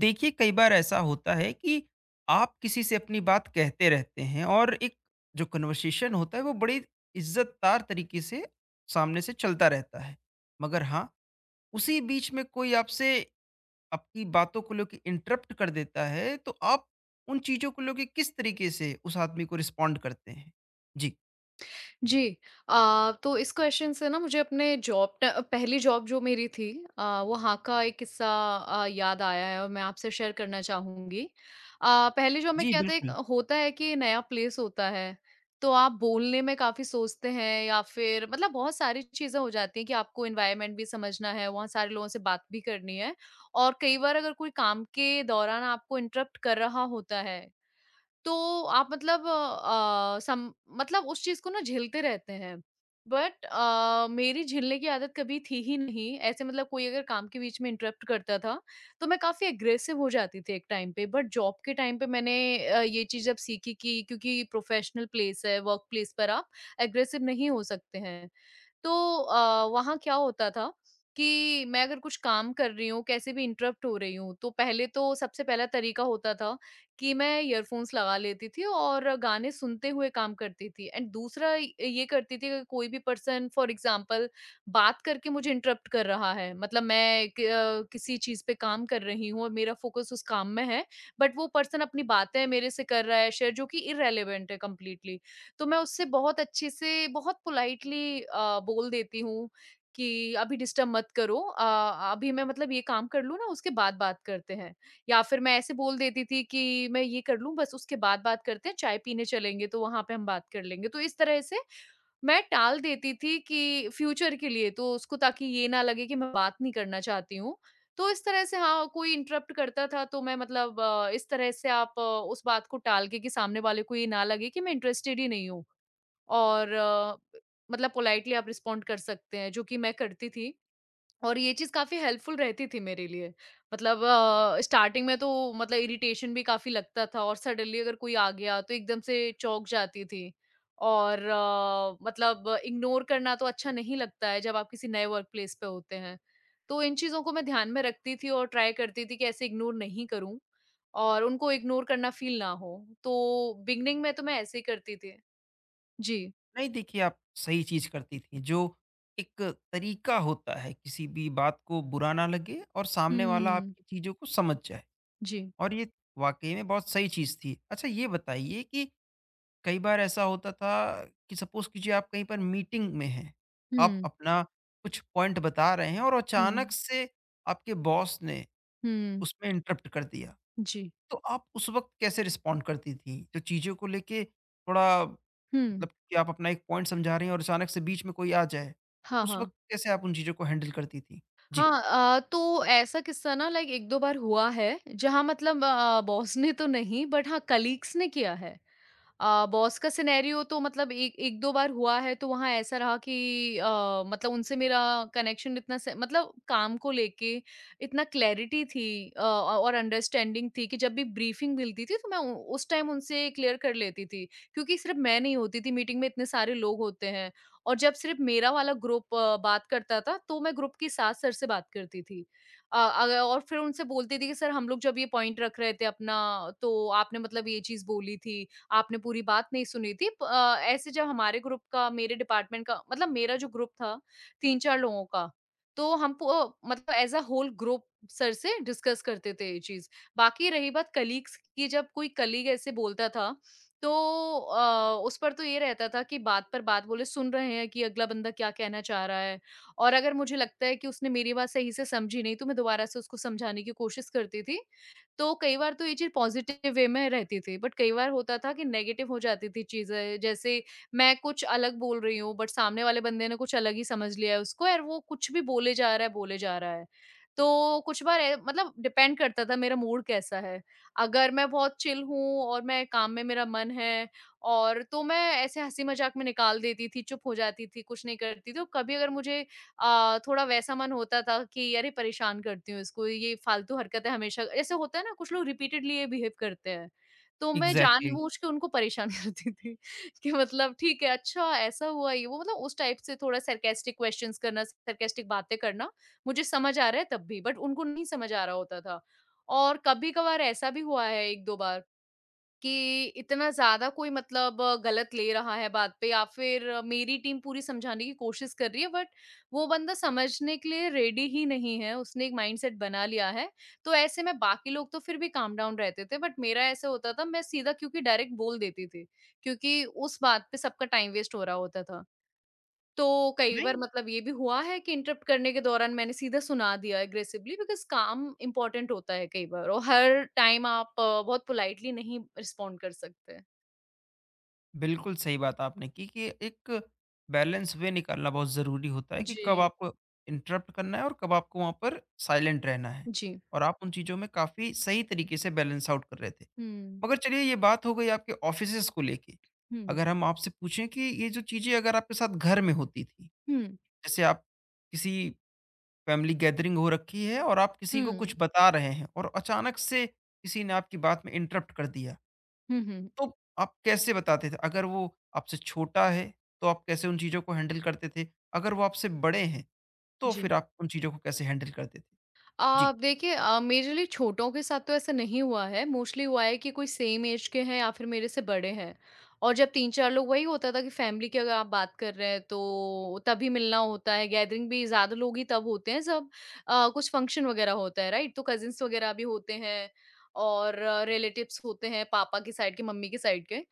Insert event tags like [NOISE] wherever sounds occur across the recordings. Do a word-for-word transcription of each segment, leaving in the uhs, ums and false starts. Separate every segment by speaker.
Speaker 1: देखिए, कई बार ऐसा होता है कि आप किसी से अपनी बात कहते रहते हैं और एक जो कन्वर्सेशन होता है वो बड़ी इज्जतदार तरीके से सामने से चलता रहता है, मगर हाँ, उसी बीच में कोई आपसे आपकी बातों को लेकर इंटरप्ट कर देता है, तो आप उन चीजों को लेकर किस तरीके से उस आदमी को रिस्पोंड करते हैं? जी।
Speaker 2: जी अ, तो इस क्वेश्चन से ना मुझे अपने जॉब ट- पहली जॉब जो मेरी थी अ, वो हाँ का एक किस्सा अ, याद आया है और मैं आपसे शेयर करना चाहूंगी। अ, पहली जॉब में
Speaker 1: जी,
Speaker 2: क्या था एक
Speaker 1: बिल्कुल।
Speaker 2: होता है कि नया प्लेस होता है तो आप बोलने में काफी सोचते हैं या फिर मतलब बहुत सारी चीजें हो जाती हैं कि आपको एनवायरनमेंट भी समझना है वहाँ सारे लोगों से बात भी करनी है और कई बार अगर कोई काम के दौरान आपको इंटरप्ट कर रहा होता है तो आप मतलब अ, सम मतलब उस चीज़ को ना झेलते रहते हैं। बट अ, मेरी झेलने की आदत कभी थी ही नहीं। ऐसे मतलब कोई अगर काम के बीच में इंटरप्ट करता था, तो मैं काफ़ी एग्रेसिव हो जाती थी एक टाइम पे। बट जॉब के टाइम पे मैंने अ, ये चीज़ जब सीखी कि क्योंकि प्रोफेशनल प्लेस है, वर्क प्लेस पर आप एग्रेसिव नहीं हो सकते हैं। तो अ, वहाँ क्या होता था कि मैं अगर कुछ काम कर रही हूँ, कैसे भी इंटरप्ट हो रही हूँ, तो पहले तो सबसे पहला तरीका होता था कि मैं ईयरफ़ोन्स लगा लेती थी और गाने सुनते हुए काम करती थी एंड दूसरा ये करती थी अगर कोई भी पर्सन फॉर एग्ज़ाम्पल बात करके मुझे इंटरप्ट कर रहा है, मतलब मैं क अ, किसी चीज़ पे काम कर रही हूँ और मेरा फ़ोकस उस काम में है, बट वो पर्सन अपनी बातें मेरे से कर रहा है शेयर जो कि इर्रेलेवेंट है कंप्लीटली। तो मैं उससे बहुत अच्छे से, बहुत पोलाइटली अ, बोल देती हूँ कि अभी डिस्टर्ब मत करो अ, अभी मैं मतलब ये काम कर लूँ ना उसके बाद बात करते हैं। या फिर मैं ऐसे बोल देती थी कि मैं ये कर लूँ बस उसके बाद बात करते हैं, चाय पीने चलेंगे तो वहाँ पे हम बात कर लेंगे। तो इस तरह से मैं टाल देती थी कि फ्यूचर के लिए तो उसको ताकि ये ना लगे कि मैं बात नहीं करना चाहती हूँ। तो इस तरह से हाँ, कोई इंटरप्ट करता था तो मैं मतलब अ, इस तरह से आप अ, उस बात को टाल के कि सामने वाले को ये ना लगे कि मैं इंटरेस्टेड ही नहीं हूँ। और अ, मतलब पोलाइटली आप रिस्पॉन्ड कर सकते हैं, जो कि मैं करती थी और ये चीज़ काफ़ी हेल्पफुल रहती थी मेरे लिए। मतलब अ, स्टार्टिंग में तो मतलब इरिटेशन भी काफ़ी लगता था और सडनली अगर कोई आ गया तो एकदम से चौंक जाती थी और अ, मतलब इग्नोर करना तो अच्छा नहीं लगता है जब आप किसी नए वर्क प्लेस पे होते हैं। तो इन चीज़ों को मैं ध्यान में रखती थी और ट्राई करती थी कि ऐसे इग्नोर नहीं करूँ और उनको इग्नोर करना फ़ील ना हो। तो बिगिनिंग में तो मैं ऐसे ही करती थी। जी।
Speaker 1: नहीं, देखिए, आप सही चीज करती थी। जो एक तरीका होता है, किसी भी बात को बुरा ना लगे और सामने वाला
Speaker 2: हुँ।
Speaker 1: आपकी चीजों को समझ जाए,
Speaker 2: जी।
Speaker 1: और ये वाक़ई में बहुत सही चीज़ थी। अच्छा, ये बताइए कि कई बार ऐसा होता था कि सपोज़ कीजिए, आप कहीं पर मीटिंग में हैं, आप
Speaker 2: हुँ,
Speaker 1: अपना कुछ पॉइंट बता रहे हैं और
Speaker 2: हुँ,
Speaker 1: अचानक से आपके बॉस ने
Speaker 2: हुँ,
Speaker 1: उसमें इंटरप्ट कर दिया।
Speaker 2: जी,
Speaker 1: तो आप उस वक़्त कैसे रिस्पॉन्ड करती थीं? जो चीज़ों को लेके थोड़ा,
Speaker 2: हुँ।
Speaker 1: मतलब कि आप अपना एक पॉइंट समझा रही हैं और अचानक से बीच में कोई आ जाए, तो
Speaker 2: हाँ,
Speaker 1: उस
Speaker 2: हाँ।
Speaker 1: वक़्त कैसे आप उन चीज़ों को हैंडल करती थीं? जी।
Speaker 2: हाँ अ, तो ऐसा किस्सा ना लाइक एक दो बार हुआ है, जहाँ मतलब अ, बॉस ने तो नहीं बट हाँ कलीग्स ने किया है। अ, बॉस का सिनेरियो तो मतलब एक एक दो बार हुआ है, तो वहाँ ऐसा रहा कि अ, मतलब उनसे मेरा कनेक्शन इतना स मतलब काम को लेके इतना क्लैरिटी थी अ, और अंडरस्टैंडिंग थी कि जब भी ब्रीफिंग मिलती थी, तो मैं उ उस टाइम उनसे क्लियर कर लेती थी। क्योंकि सिर्फ़ मैं नहीं होती थी, मीटिंग में इतने सारे लोग होते हैं और जब सिर्फ़ मेरा वाला ग्रुप अ, बात करता था, तो मैं ग्रुप के साथ सर से बात करती थी। अ, अग और फिर उनसे बोलती थी कि, "सर, हम लोग जब ये पॉइंट रख रहे थे अपना, तो आपने मतलब ये चीज़ बोली थी।" आपने पूरी बात नहीं सुनी थी। प अ, ऐसे जब हमारे ग्रुप का मेरे डिपार्टमेंट का मतलब मेरा जो ग्रुप था तीन चार लोगों का, तो हम पो मतलब as a whole group sir से डिस्कस करते थे ये चीज़। बाकी रही बात कलीग्स की जब कोई कलीग ऐसे बोलता था, तो अ, उस पर तो ये रहता था कि बात पर बात बोले, सुन रहे हैं कि अगला बंदा क्या कहना चाह रहा है और अगर मुझे लगता है कि उसने मेरी बात सही से समझी नहीं, तो मैं दोबारा से उसको समझाने की कोशिश करती थी तो कई बार तो ये चीज़ पॉज़िटिव वे में रहती थी, बट कई बार होता था कि नेगेटिव हो जाती थी चीज़ें। जैसे मैं कुछ अलग बोल रही हूँ, बट सामने वाले बंदे ने कुछ अलग ही समझ लिया है उसको और वो कुछ भी बोले जा रहा है, बोले जा रहा है। तो कुछ बार ए मतलब डिपेंड करता था मेरा मूड कैसा है। अगर मैं बहुत चिल हूँ और मैं काम में मेरा मन है और तो मैं ऐसे हँसी-मज़ाक में निकाल देती थी, चुप हो जाती थी, कुछ नहीं करती थी। तो कभी अगर मुझे अ, थोड़ा वैसा मन होता था कि अरे परेशान करती हूँ इसको, ये फालतू हरकतें हमेशा ऐसे होता है ना कुछ लोग रिपीटेडली ये बिहेव करते हैं, तो मैं
Speaker 1: एग्ज़ैक्टली।
Speaker 2: जानबूझ के उनको परेशान [LAUGHS] करती थी कि मतलब ठीक है, अच्छा ऐसा हुआ ये वो मतलब उस टाइप से थोड़ा सार्कास्टिक क्वेश्चन्स करना, सार्कास्टिक बातें करना, मुझे समझ आ रहा है तब भी बट उनको नहीं समझ आ रहा होता था। और कभी-कभार ऐसा भी हुआ है एक दो बार कि इतना ज़्यादा कोई मतलब अ, गलत ले रहा है बात पे या फिर अ, मेरी टीम पूरी समझाने की कोशिश कर रही है बट वो बंदा समझने के लिए रेडी ही नहीं है, उसने एक माइंडसेट बना लिया है। तो ऐसे में बाकी लोग तो फिर भी काम डाउन रहते थे बट मेरा ऐसा होता था मैं सीधा क्योंकि डायरेक्ट बोल देती थी, क्योंकि उस बात पे सबका टाइम वेस्ट हो रहा होता था। तो कई बार
Speaker 1: नहीं,
Speaker 2: मतलब ये भी हुआ है कि इंटरप्ट करने के दौरान मैंने सीधा सुना दिया एग्रेसिवली बिकॉज़ काम इम्पोर्टेंट होता है कई बार और हर टाइम आप अ, बहुत पोलाइटली नहीं रिस्पॉन्ड कर सकते।
Speaker 1: बिल्कुल सही बात आपने की कि एक बैलेंस वे निकालना बहुत ज़रूरी होता है कि कब
Speaker 2: जी,
Speaker 1: आपको इंटरप्ट करना है और कब आपको वहाँ पर साइलेंट रहना है।
Speaker 2: जी।
Speaker 1: और आप उन चीज़ों में काफ़ी सही तरीके से बैलेंस आउट कर रहे थे।
Speaker 2: हुँ,
Speaker 1: मगर चलिए, ये बात हो गई आपके ऑफ़िसेज़ को लेके।
Speaker 2: हुँ,
Speaker 1: अगर हम आपसे पूछें कि ये जो चीज़ें अगर आपके साथ घर में होती थी,
Speaker 2: हुँ,
Speaker 1: जैसे आप किसी फ़ैमिली गैदरिंग हो रखी है और आप किसी को
Speaker 2: हुँ,
Speaker 1: कुछ बता रहे हैं और अचानक से किसी ने आपकी बात में इंटरप्ट कर दिया।
Speaker 2: हुँ, हुँ।
Speaker 1: तो आप कैसे बताते थे? अगर वो आपसे छोटा है, तो आप कैसे उन चीज़ों को हैंडल करते थे? अगर वो आपसे बड़े हैं, तो
Speaker 2: जी।
Speaker 1: फिर आप उन चीज़ों को कैसे हैंडल करते थे?
Speaker 2: आ,
Speaker 1: जी।
Speaker 2: देखिए आ, मेरे लिए छोटों के साथ तो ऐसा नहीं हुआ है मोस्टली हुआ है कि कोई सेम एज के हैं या फिर मेरे से बड़े हैं और जब तीन चार लोग वही होता था कि फैमिली की अगर आप बात कर रहे हैं तो तभी मिलना होता है गैदरिंग भी ज़्यादा लोग ही तब होते हैं जब आ, कुछ फंक्शन वगैरह होता है राइट तो कजिन्स वगैरह भी होते हैं और रिलेटिव्स होते हैं पापा की साइड के मम्मी की साइड के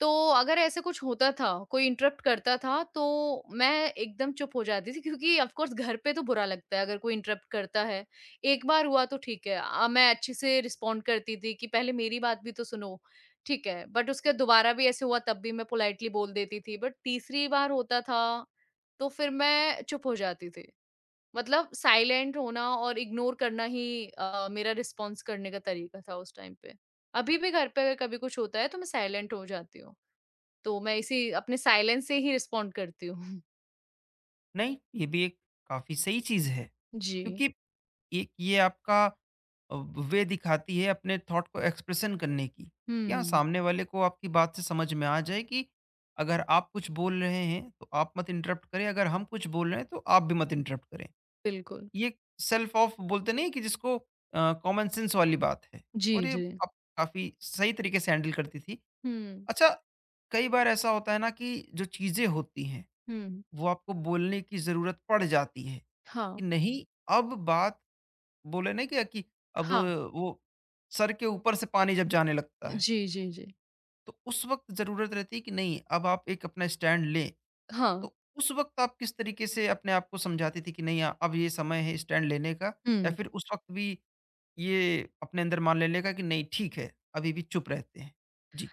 Speaker 2: तो अगर ऐसे कुछ होता था, कोई इंटरप्ट करता था, तो मैं एकदम चुप हो जाती थी क्योंकि ऑफ कोर्स घर पे तो बुरा लगता है अगर कोई इंटरप्ट करता है। एक बार हुआ तो ठीक है अ, मैं अच्छे से रिस्पॉन्ड करती थी कि पहले मेरी बात भी तो सुनो, ठीक है। बट उसके दोबारा भी ऐसे हुआ तब भी मैं पोलाइटली बोल देती थी। बट तीसरी बार होता था, तो फिर मैं चुप हो जाती थी। मतलब साइलेंट होना और इग्नोर करना ही अ, मेरा रिस्पॉन्स करने का तरीका था उस टाइम पे। अभी भी घर पे अगर कभी कुछ होता है तो मैं साइलेंट हो जाती हूँ। तो मैं इसी अपने साइलेंस से ही रिस्पॉन्ड करती हूँ। [LAUGHS]
Speaker 1: नहीं, ये भी एक काफ़ी सही चीज़ है।
Speaker 2: जी,
Speaker 1: क्योंकि एक ये आपका अ, वे दिखाती है अपने थॉट को एक्सप्रेशन करने की। कि हाँ,
Speaker 2: हुँ,
Speaker 1: सामने वाले को आपकी बात से समझ में आ जाए कि अगर आप कुछ बोल रहे हैं, तो आप मत इंटरप्ट करें, अगर हम कुछ बोल रहे हैं, तो आप भी मत इंटरप्ट करें।
Speaker 2: बिल्कुल।
Speaker 1: ये सेल्फ ऑफ बोलते नहीं है, कि जिसको कॉमन सेंस वाली बात है,
Speaker 2: जी,
Speaker 1: और ये
Speaker 2: जी।
Speaker 1: आप काफ़ी सही तरीके से हैंडल करती थी।
Speaker 2: हुँ,
Speaker 1: अच्छा, कई बार ऐसा होता है ना कि जो चीज़ें होती हैं,
Speaker 2: हुँ,
Speaker 1: वो आपको बोलने की ज़रूरत पड़ जाती है कि
Speaker 2: हाँ,
Speaker 1: नहीं, अब बात बोले नहीं क्या, कि अब
Speaker 2: हाँ।
Speaker 1: वो सर के ऊपर से पानी जब जाने लगता है,
Speaker 2: जी, जी, जी।
Speaker 1: तो उस वक़्त ज़रूरत रहती है कि नहीं, अब आप एक अपना स्टैंड लें।
Speaker 2: हाँ।
Speaker 1: तो उस वक़्त आप किस तरीके से अपने आप को समझाती थी कि नहीं, अ, अब ये समय है स्टैंड लेने का, या
Speaker 2: हुँ।
Speaker 1: फिर उस वक़्त भी ये अपने अंदर मान लेने का कि नहीं, ठीक है, अभी भी चुप रहते हैं? जी।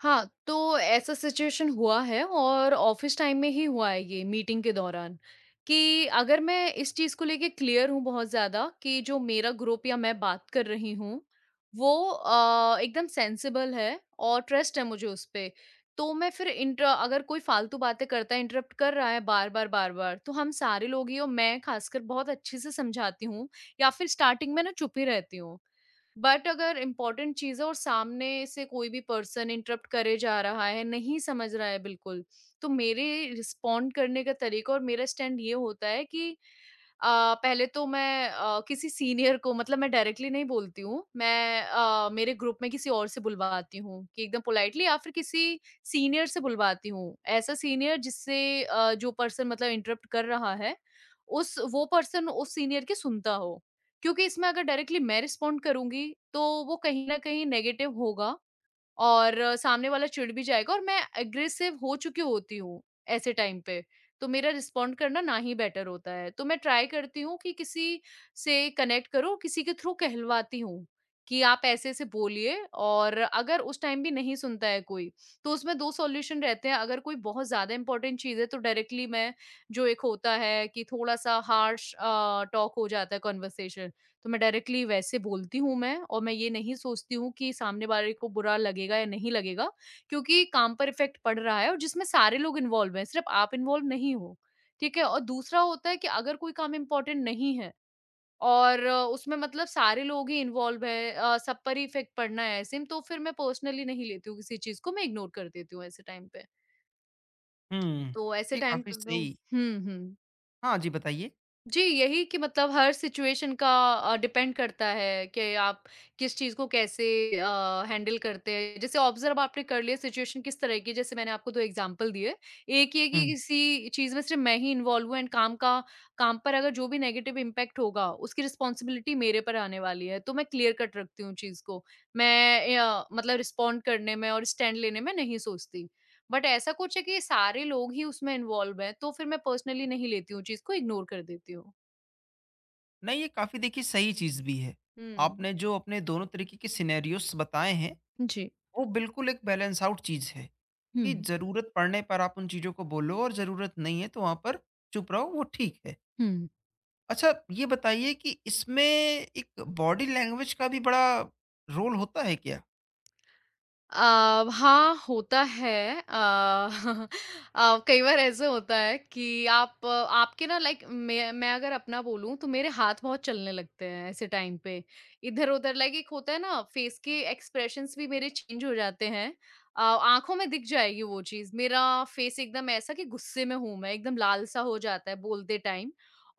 Speaker 2: हाँ, तो ऐसा सिचुएशन हुआ है और ऑफ़िस टाइम में ही हुआ है ये मीटिंग के दौरान, कि अगर मैं इस चीज़ को लेके क्लियर हूँ बहुत ज़्यादा कि जो मेरा ग्रुप या मैं बात कर रही हूँ, वो अ, एकदम सेंसिबल है और ट्रस्ट है मुझे उस पे। तो मैं फिर इंटर अगर कोई फ़ालतू बातें करता है, इंटरप्ट कर रहा है बार-बार, बार-बार, तो हम सारे लोग ही और मैं ख़ासकर बहुत अच्छे से समझाती हूँ या फिर स्टार्टिंग में ना चुप ही रहती हूँ। बट अगर इम्पोर्टेंट चीज़ है और सामने से कोई भी पर्सन इंटरप्ट करे जा रहा है, नहीं समझ रहा है बिल्कुल, तो मेरे रिस्पॉन्ड करने का तरीका और मेरा स्टैंड ये होता है कि अ, पहले तो मैं अ, किसी सीनियर को मतलब मैं डायरेक्टली नहीं बोलती हूँ, मैं अ, मेरे ग्रुप में किसी और से बुलवाती हूँ कि एकदम पोलाइटली या फिर किसी सीनियर से बुलवाती हूँ। ऐसा सीनियर जिससे अ, जो पर्सन मतलब इंटरप्ट कर रहा है, उस वो पर्सन उस सीनियर की सुनता हो। क्योंकि इसमें अगर डायरेक्टली मैं रिस्पॉन्ड करूँगी, तो वो कहीं न कहीं नेगेटिव होगा और अ, सामने वाला चिढ़ भी जाएगा और मैं एग्रेसिव हो चुकी होती हूँ ऐसे टाइम पे। तो मेरा रिस्पॉन्ड करना ना ही बेटर होता है। तो मैं ट्राई करती हूँ कि किसी से कनेक्ट करो, किसी के थ्रू कहलवाती हूँ कि आप ऐसे-ऐसे बोलिए और अगर उस टाइम भी नहीं सुनता है कोई, तो उसमें दो सॉल्यूशन रहते हैं। अगर कोई बहुत ज़्यादा इम्पोर्टेंट चीज़ है तो डायरेक्टली मैं जो एक होता है कि थोड़ा-सा हार्श अ, टॉक हो जाता है कन्वर्सेशन तो मैं डायरेक्टली वैसे बोलती हूँ मैं, और मैं ये नहीं सोचती हूँ कि सामने वाले को बुरा लगेगा या नहीं लगेगा, क्योंकि काम पर इफेक्ट पड़ रहा है और जिसमें सारे लोग इन्वॉल्व हैं, सिर्फ आप इन्वॉल्व नहीं हो। ठीक है। और दूसरा होता है कि अगर कोई काम इम्पोर्टेंट नहीं है और अ, उसमें मतलब सारे लोग ही इन्वॉल्व है, अ, सब पर ही इफेक्ट पड़ना है, ऐसे में तो फिर मैं पर्सनली नहीं लेती हूँ किसी चीज को, मैं इग्नोर कर देती हूँ ऐसे टाइम पे
Speaker 1: हुँ,
Speaker 2: तो ऐसे
Speaker 1: ये
Speaker 2: टाइम
Speaker 1: काफ़ी
Speaker 2: पे तो
Speaker 1: सही।
Speaker 2: हम्म। हम्म।
Speaker 1: हाँ जी, बताइए।
Speaker 2: जी, यही कि मतलब हर सिचुएशन का अ, डिपेंड करता है कि आप किस चीज़ को कैसे अ, हैंडल करते हैं। जैसे ऑब्ज़र्व आपने कर लिया सिचुएशन किस तरह की है, जैसे मैंने आपको दो एग्ज़ाम्पल दिए। एक ये कि
Speaker 1: हुँ।
Speaker 2: किसी चीज़ में सिर्फ़ मैं ही इन्वॉल्व हूँ एंड काम का काम पर, अगर जो भी नेगेटिव इम्पैक्ट होगा, उसकी रिस्पॉन्सिबिलिटी मेरे पर आने वाली है, तो मैं क्लियर कट रखती हूँ चीज़ को। मैं अ, मतलब रिस्पॉन्ड करने में और स्टैंड लेने में नहीं सोचती। बट ऐसा कुछ है कि सारे लोग ही उसमें इन्वॉल्व हैं, तो फिर मैं पर्सनली नहीं लेती हूँ चीज़ को, इग्नोर कर देती हूँ।
Speaker 1: नहीं, ये काफ़ी देखिए सही चीज़ भी है।
Speaker 2: हुँ।
Speaker 1: आपने जो अपने दोनों तरीके के सिनेरियोज़ बताए हैं,
Speaker 2: जी।
Speaker 1: वो बिल्कुल एक बैलेंस आउट चीज़ है कि
Speaker 2: हुँ,
Speaker 1: ज़रूरत पड़ने पर आप उन चीज़ों को बोलो, और ज़रूरत नहीं है तो वहाँ पर चुप रहो, वो ठीक है।
Speaker 2: हुँ।
Speaker 1: अच्छा, ये बताइए कि इसमें एक बॉडी लैंग्वेज का भी बड़ा रोल होता है क्या?
Speaker 2: अ, हाँ, होता है। अ, अ, [LAUGHS] कई बार ऐसे होता है कि आप आपके ना, लाइक मैं मैं अगर अपना बोलूँ, तो मेरे हाथ बहुत चलने लगते हैं ऐसे टाइम पे। इधर-उधर, लाइक एक होता है ना, फ़ेस के एक्सप्रेशंस भी मेरे चेंज हो जाते हैं। अ, आँखों में दिख जाएगी वो चीज़। मेरा फ़ेस एकदम ऐसा कि गुस्से में हूँ मैं, एकदम लाल-सा हो जाता है बोलते टाइम।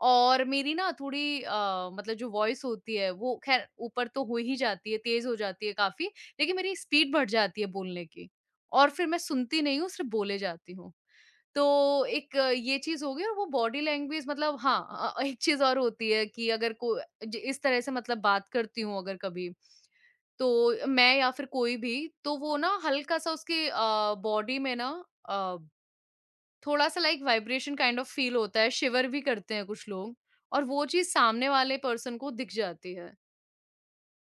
Speaker 2: और मेरी ना थोड़ी अ, मतलब जो वॉइस होती है, वो ख़ैर ऊपर तो हो ही जाती है, तेज़ हो जाती है काफ़ी। लेकिन मेरी स्पीड बढ़ जाती है बोलने की, और फिर मैं सुनती नहीं हूँ, सिर्फ़ बोले जाती हूँ। तो एक अ, ये चीज़ हो गई, और वो बॉडी लैंग्वेज, मतलब हाँ, अ, एक चीज़ और होती है कि अगर को ज इस तरह से मतलब बात करती हूँ अगर कभी, तो मैं या फिर कोई भी, तो वो ना हल्का-सा उसकी अ, बॉडी में ना अ, थोड़ा-सा, like vibration kind of feel होता है, शिवर भी करते हैं कुछ लोग, और वो चीज़ सामने वाले पर्सन को दिख जाती है।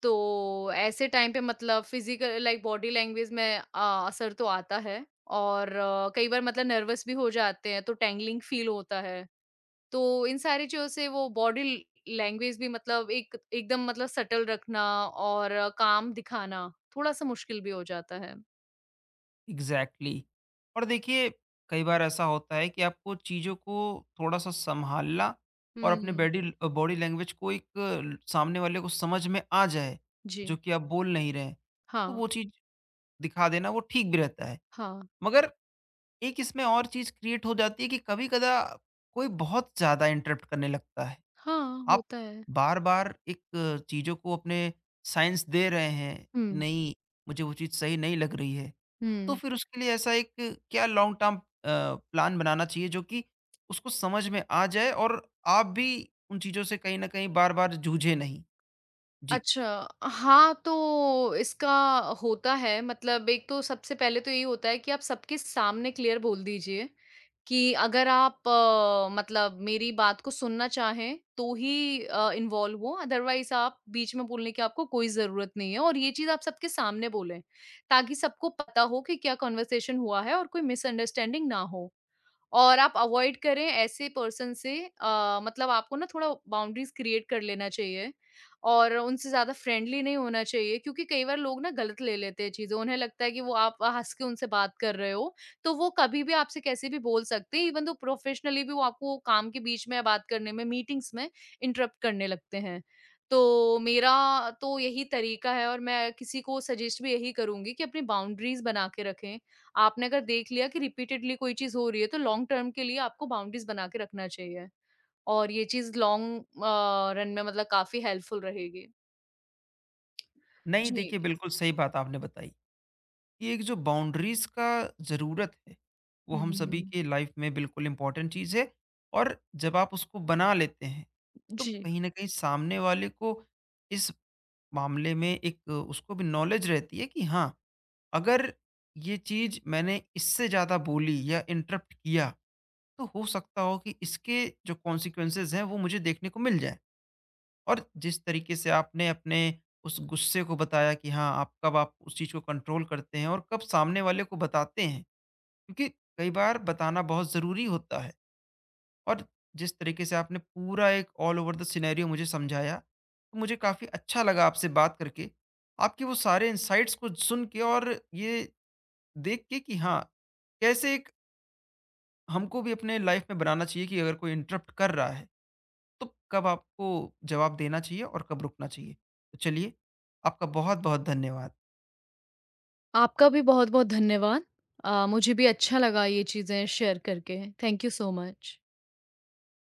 Speaker 2: तो ऐसे टाइम पे मतलब फिजिकल, लाइक बॉडी लैंग्वेज में अ, असर तो आता है, और अ, कई बार मतलब नर्वस भी हो जाते हैं, तो टैंगलिंग फील होता है। तो इन सारी चीजों से वो बॉडी लैंग्वेज भी, मतलब एक एकदम मतलब सटल रखना और अ, काम दिखाना थोड़ा सा मुश्किल भी हो जाता है।
Speaker 1: एग्ज़ैक्टली। और देखिए, कई बार ऐसा होता है कि आपको चीज़ों को थोड़ा-सा सँभालना, और अपने
Speaker 2: हम्म।
Speaker 1: बॉडी अ, बॉडी लैंग्वेज को, एक ल सामने वाले को समझ में आ जाए,
Speaker 2: जी।
Speaker 1: जो कि आप बोल नहीं रहे हैं, तो
Speaker 2: हाँ।
Speaker 1: वो चीज़ दिखा देना वो ठीक भी रहता है।
Speaker 2: हाँ।
Speaker 1: मगर एक इसमें और चीज़ क्रिएट हो जाती है कि कभी-कदा कोई बहुत ज़्यादा इंटरप्ट करने लगता है।
Speaker 2: हाँ,
Speaker 1: आप
Speaker 2: होता है।
Speaker 1: बार-बार एक चीज़ों को अपने साइंस दे रहे हैं कि
Speaker 2: हम्म।
Speaker 1: नहीं, मुझे वो चीज़ सही नहीं लग रही है। तो
Speaker 2: हम्म।
Speaker 1: फिर उसके लिए ऐसा एक क्या लॉन्ग टर्म अ, प्लान बनाना चाहिए जो कि उसको समझ में आ जाए, और आप भी उन चीज़ों से कहीं न कहीं बार-बार जूझे नहीं? जी।
Speaker 2: अच्छा, हाँ, तो इसका होता है मतलब, एक तो सबसे पहले तो यही होता है कि आप सबके सामने क्लियर बोल दीजिए कि अगर आप अ, मतलब मेरी बात को सुनना चाहें तो ही अ, इन्वॉल्व हो, अदरवाइज़ आप बीच में बोलने की आपको कोई ज़रूरत नहीं है, और ये चीज़ आप सबके सामने बोलें, ताकि सबको पता हो कि क्या कन्वर्सेशन हुआ है और कोई मिसअंडरस्टैंडिंग ना हो। और आप अवॉइड करें ऐसे पर्सन से, अ, मतलब आपको ना थोड़ा बाउंड्रीज क्रिएट कर लेना चाहिए, और उनसे ज़्यादा फ्रेंडली नहीं होना चाहिए, क्योंकि कई बार लोग ना गलत ले लेते हैं चीज़ें। उन्हें लगता है कि वो आप हँस के उनसे बात कर रहे हो, तो वो कभी भी आपसे कैसे भी बोल सकते हैं, इवन दो प्रोफेशनली भी वो आपको काम के बीच में बात करने में, मीटिंग्स में इंटरप्ट करने लगते हैं। तो मेरा तो यही तरीका है, और मैं किसी को सजेस्ट भी यही करूँगी कि अपनी बाउंड्रीज बना के रखें। आपने अगर देख लिया कि रिपीटेडली कोई चीज़ हो रही है, तो लॉन्ग टर्म के लिए आपको बाउंड्रीज़ बना के रखना चाहिए, और ये चीज़ लॉन्ग अ, रन में मतलब काफ़ी हेल्पफुल रहेगी।
Speaker 1: नहीं,
Speaker 2: जी।
Speaker 1: देखिए, बिल्कुल सही बात आपने बताई। ये एक जो बाउंड्रीज़ का ज़रूरत है, वो हम सभी
Speaker 2: हुँ।
Speaker 1: की लाइफ़ में बिल्कुल इम्पॉर्टेंट चीज़ है। और जब आप उसको बना लेते हैं, तो
Speaker 2: जी,
Speaker 1: कहीं न कहीं सामने वाले को इस मामले में एक उसको भी नॉलेज रहती है कि हाँ, अगर ये चीज़ मैंने इससे ज़्यादा बोली या इंटरप्ट किया, तो हो सकता हो कि इसके जो कॉन्सिक्वेंसेज़ हैं, वो मुझे देखने को मिल जाएँ। और जिस तरीके से आपने अपने उस गुस्से को बताया कि हाँ, आप कब, आप उस चीज़ को कंट्रोल करते हैं और कब सामने वाले को बताते हैं, क्योंकि कई बार बताना बहुत ज़रूरी होता है, और जिस तरीके से आपने पूरा एक ऑल ओवर द सिनेरियो मुझे समझाया, तो मुझे काफ़ी अच्छा लगा आपसे बात करके, आपके वो सारे इंसाइट्स को सुन के, और ये देख के कि हाँ, कैसे एक हमको भी अपने लाइफ में बनाना चाहिए कि अगर कोई इंटरप्ट कर रहा है तो कब आपको जवाब देना चाहिए और कब रुकना चाहिए। तो चलिए, आपका बहुत-बहुत धन्यवाद।
Speaker 2: आपका भी बहुत-बहुत धन्यवाद। अ, मुझे भी अच्छा लगा ये चीज़ें शेयर करके। Thank you so much.